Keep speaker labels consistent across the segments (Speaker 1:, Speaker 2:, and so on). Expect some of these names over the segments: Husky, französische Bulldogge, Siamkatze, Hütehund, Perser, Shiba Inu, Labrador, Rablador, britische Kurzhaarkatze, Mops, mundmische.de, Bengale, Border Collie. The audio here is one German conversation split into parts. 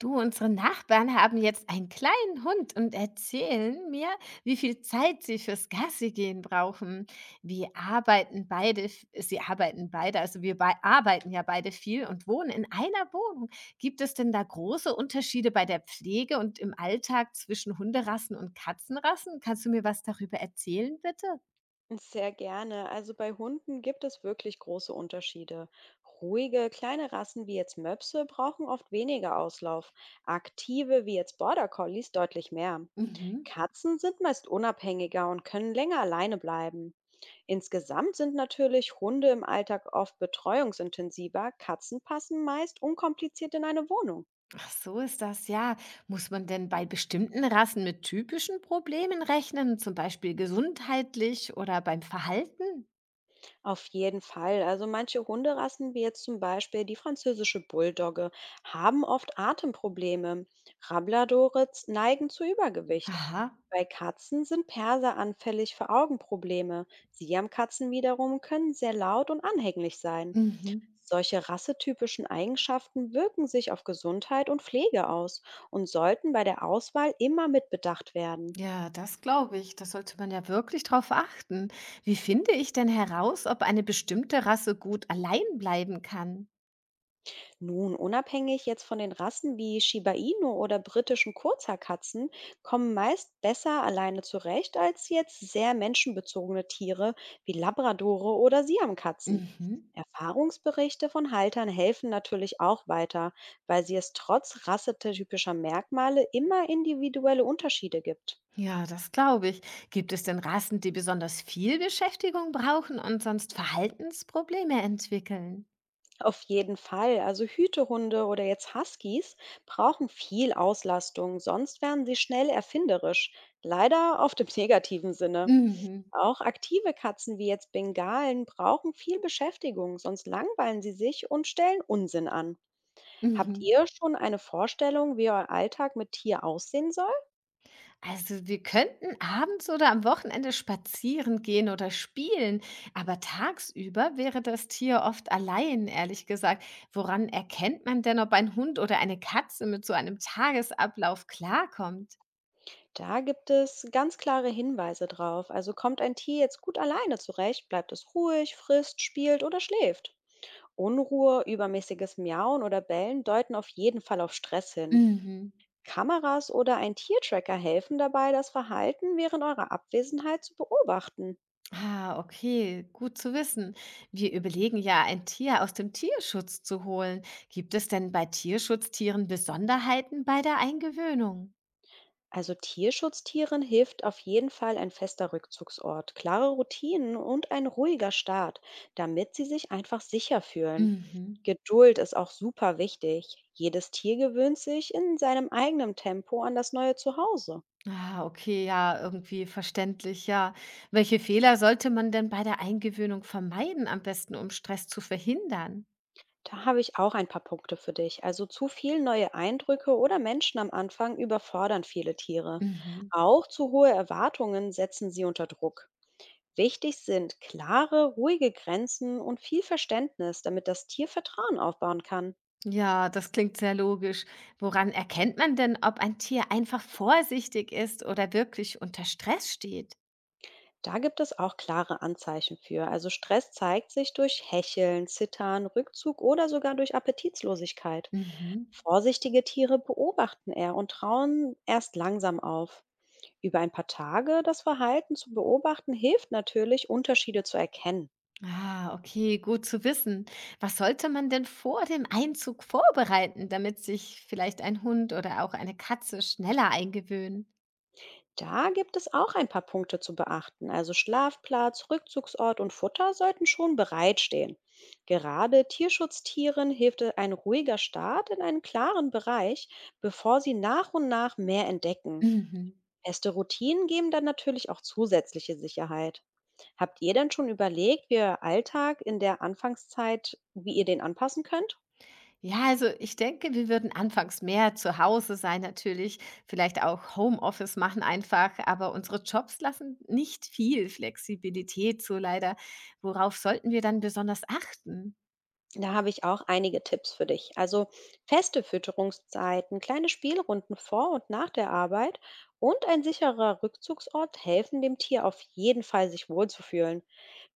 Speaker 1: Du, unsere Nachbarn haben jetzt einen kleinen Hund und erzählen mir, wie viel Zeit sie fürs Gassigehen brauchen. Wie arbeiten beide, f- sie arbeiten beide, arbeiten ja beide viel und wohnen in einer Wohnung. Gibt es denn da große Unterschiede bei der Pflege und im Alltag zwischen Hunderassen und Katzenrassen? Kannst du mir was darüber erzählen, bitte?
Speaker 2: Sehr gerne. Also bei Hunden gibt es wirklich große Unterschiede. Ruhige, kleine Rassen wie jetzt Möpse brauchen oft weniger Auslauf. Aktive wie jetzt Border Collies deutlich mehr.
Speaker 1: Mhm.
Speaker 2: Katzen sind meist unabhängiger und können länger alleine bleiben. Insgesamt sind natürlich Hunde im Alltag oft betreuungsintensiver. Katzen passen meist unkompliziert in eine Wohnung.
Speaker 1: Ach, so ist das, ja. Muss man denn bei bestimmten Rassen mit typischen Problemen rechnen, zum Beispiel gesundheitlich oder beim Verhalten?
Speaker 2: Auf jeden Fall. Also manche Hunderassen, wie jetzt zum Beispiel die französische Bulldogge, haben oft Atemprobleme. Rabladores neigen zu Übergewicht.
Speaker 1: Aha.
Speaker 2: Bei Katzen sind Perser anfällig für Augenprobleme. Siamkatzen wiederum können sehr laut und anhänglich sein.
Speaker 1: Mhm.
Speaker 2: Solche rassetypischen Eigenschaften wirken sich auf Gesundheit und Pflege aus und sollten bei der Auswahl immer mitbedacht werden.
Speaker 1: Ja, das glaube ich. Da sollte man ja wirklich drauf achten. Wie finde ich denn heraus, ob eine bestimmte Rasse gut allein bleiben kann?
Speaker 2: Nun, unabhängig jetzt von den Rassen wie Shiba Inu oder britischen Kurzhaarkatzen, kommen meist besser alleine zurecht als jetzt sehr menschenbezogene Tiere wie Labradore oder Siamkatzen.
Speaker 1: Mhm.
Speaker 2: Erfahrungsberichte von Haltern helfen natürlich auch weiter, weil sie es trotz rassetypischer Merkmale immer individuelle Unterschiede gibt.
Speaker 1: Ja, das glaube ich. Gibt es denn Rassen, die besonders viel Beschäftigung brauchen und sonst Verhaltensprobleme entwickeln?
Speaker 2: Auf jeden Fall. Also Hütehunde oder jetzt Huskies brauchen viel Auslastung, sonst werden sie schnell erfinderisch. Leider auf dem negativen Sinne.
Speaker 1: Mhm.
Speaker 2: Auch aktive Katzen wie jetzt Bengalen brauchen viel Beschäftigung, sonst langweilen sie sich und stellen Unsinn an. Habt
Speaker 1: Mhm.
Speaker 2: ihr schon eine Vorstellung, wie euer Alltag mit Tier aussehen soll?
Speaker 1: Also wir könnten abends oder am Wochenende spazieren gehen oder spielen, aber tagsüber wäre das Tier oft allein, ehrlich gesagt. Woran erkennt man denn, ob ein Hund oder eine Katze mit so einem Tagesablauf klarkommt?
Speaker 2: Da gibt es ganz klare Hinweise drauf. Also kommt ein Tier jetzt gut alleine zurecht, bleibt es ruhig, frisst, spielt oder schläft. Unruhe, übermäßiges Miauen oder Bellen deuten auf jeden Fall auf Stress hin.
Speaker 1: Mhm.
Speaker 2: Kameras oder ein Tiertracker helfen dabei, das Verhalten während eurer Abwesenheit zu beobachten.
Speaker 1: Ah, okay, gut zu wissen. Wir überlegen ja, ein Tier aus dem Tierschutz zu holen. Gibt es denn bei Tierschutztieren Besonderheiten bei der Eingewöhnung?
Speaker 2: Also Tierschutztieren hilft auf jeden Fall ein fester Rückzugsort, klare Routinen und ein ruhiger Start, damit sie sich einfach sicher fühlen.
Speaker 1: Mhm.
Speaker 2: Geduld ist auch super wichtig. Jedes Tier gewöhnt sich in seinem eigenen Tempo an das neue Zuhause.
Speaker 1: Ah, okay, ja, irgendwie verständlich, ja. Welche Fehler sollte man denn bei der Eingewöhnung vermeiden, am besten, um Stress zu verhindern?
Speaker 2: Da habe ich auch ein paar Punkte für dich. Also zu viel neue Eindrücke oder Menschen am Anfang überfordern viele Tiere.
Speaker 1: Mhm.
Speaker 2: Auch zu hohe Erwartungen setzen sie unter Druck. Wichtig sind klare, ruhige Grenzen und viel Verständnis, damit das Tier Vertrauen aufbauen kann.
Speaker 1: Ja, das klingt sehr logisch. Woran erkennt man denn, ob ein Tier einfach vorsichtig ist oder wirklich unter Stress steht?
Speaker 2: Da gibt es auch klare Anzeichen für. Also Stress zeigt sich durch Hecheln, Zittern, Rückzug oder sogar durch Appetitlosigkeit.
Speaker 1: Mhm.
Speaker 2: Vorsichtige Tiere beobachten eher und trauen erst langsam auf. Über ein paar Tage das Verhalten zu beobachten, hilft natürlich, Unterschiede zu erkennen.
Speaker 1: Ah, okay, gut zu wissen. Was sollte man denn vor dem Einzug vorbereiten, damit sich vielleicht ein Hund oder auch eine Katze schneller eingewöhnen?
Speaker 2: Da gibt es auch ein paar Punkte zu beachten. Also Schlafplatz, Rückzugsort und Futter sollten schon bereitstehen. Gerade Tierschutztieren hilft ein ruhiger Start in einen klaren Bereich, bevor sie nach und nach mehr entdecken.
Speaker 1: Mhm.
Speaker 2: Feste Routinen geben dann natürlich auch zusätzliche Sicherheit. Habt ihr denn schon überlegt, wie euer Alltag in der Anfangszeit, wie ihr den anpassen könnt?
Speaker 1: Ja, also ich denke, wir würden anfangs mehr zu Hause sein natürlich, vielleicht auch Homeoffice machen einfach, aber unsere Jobs lassen nicht viel Flexibilität zu leider. Worauf sollten wir dann besonders achten?
Speaker 2: Da habe ich auch einige Tipps für dich. Also feste Fütterungszeiten, kleine Spielrunden vor und nach der Arbeit und ein sicherer Rückzugsort helfen dem Tier auf jeden Fall, sich wohlzufühlen.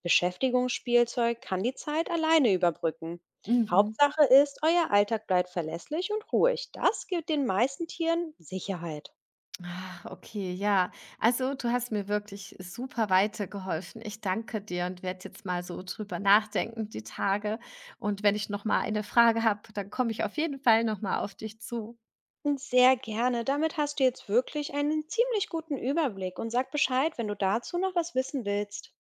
Speaker 2: Beschäftigungsspielzeug kann die Zeit alleine überbrücken.
Speaker 1: Mhm.
Speaker 2: Hauptsache ist, euer Alltag bleibt verlässlich und ruhig. Das gibt den meisten Tieren Sicherheit.
Speaker 1: Ah, okay, ja. Also du hast mir wirklich super weitergeholfen. Ich danke dir und werde jetzt mal so drüber nachdenken die Tage. Und wenn ich noch mal eine Frage habe, dann komme ich auf jeden Fall noch mal auf dich zu.
Speaker 2: Sehr gerne. Damit hast du jetzt wirklich einen ziemlich guten Überblick und sag Bescheid, wenn du dazu noch was wissen willst.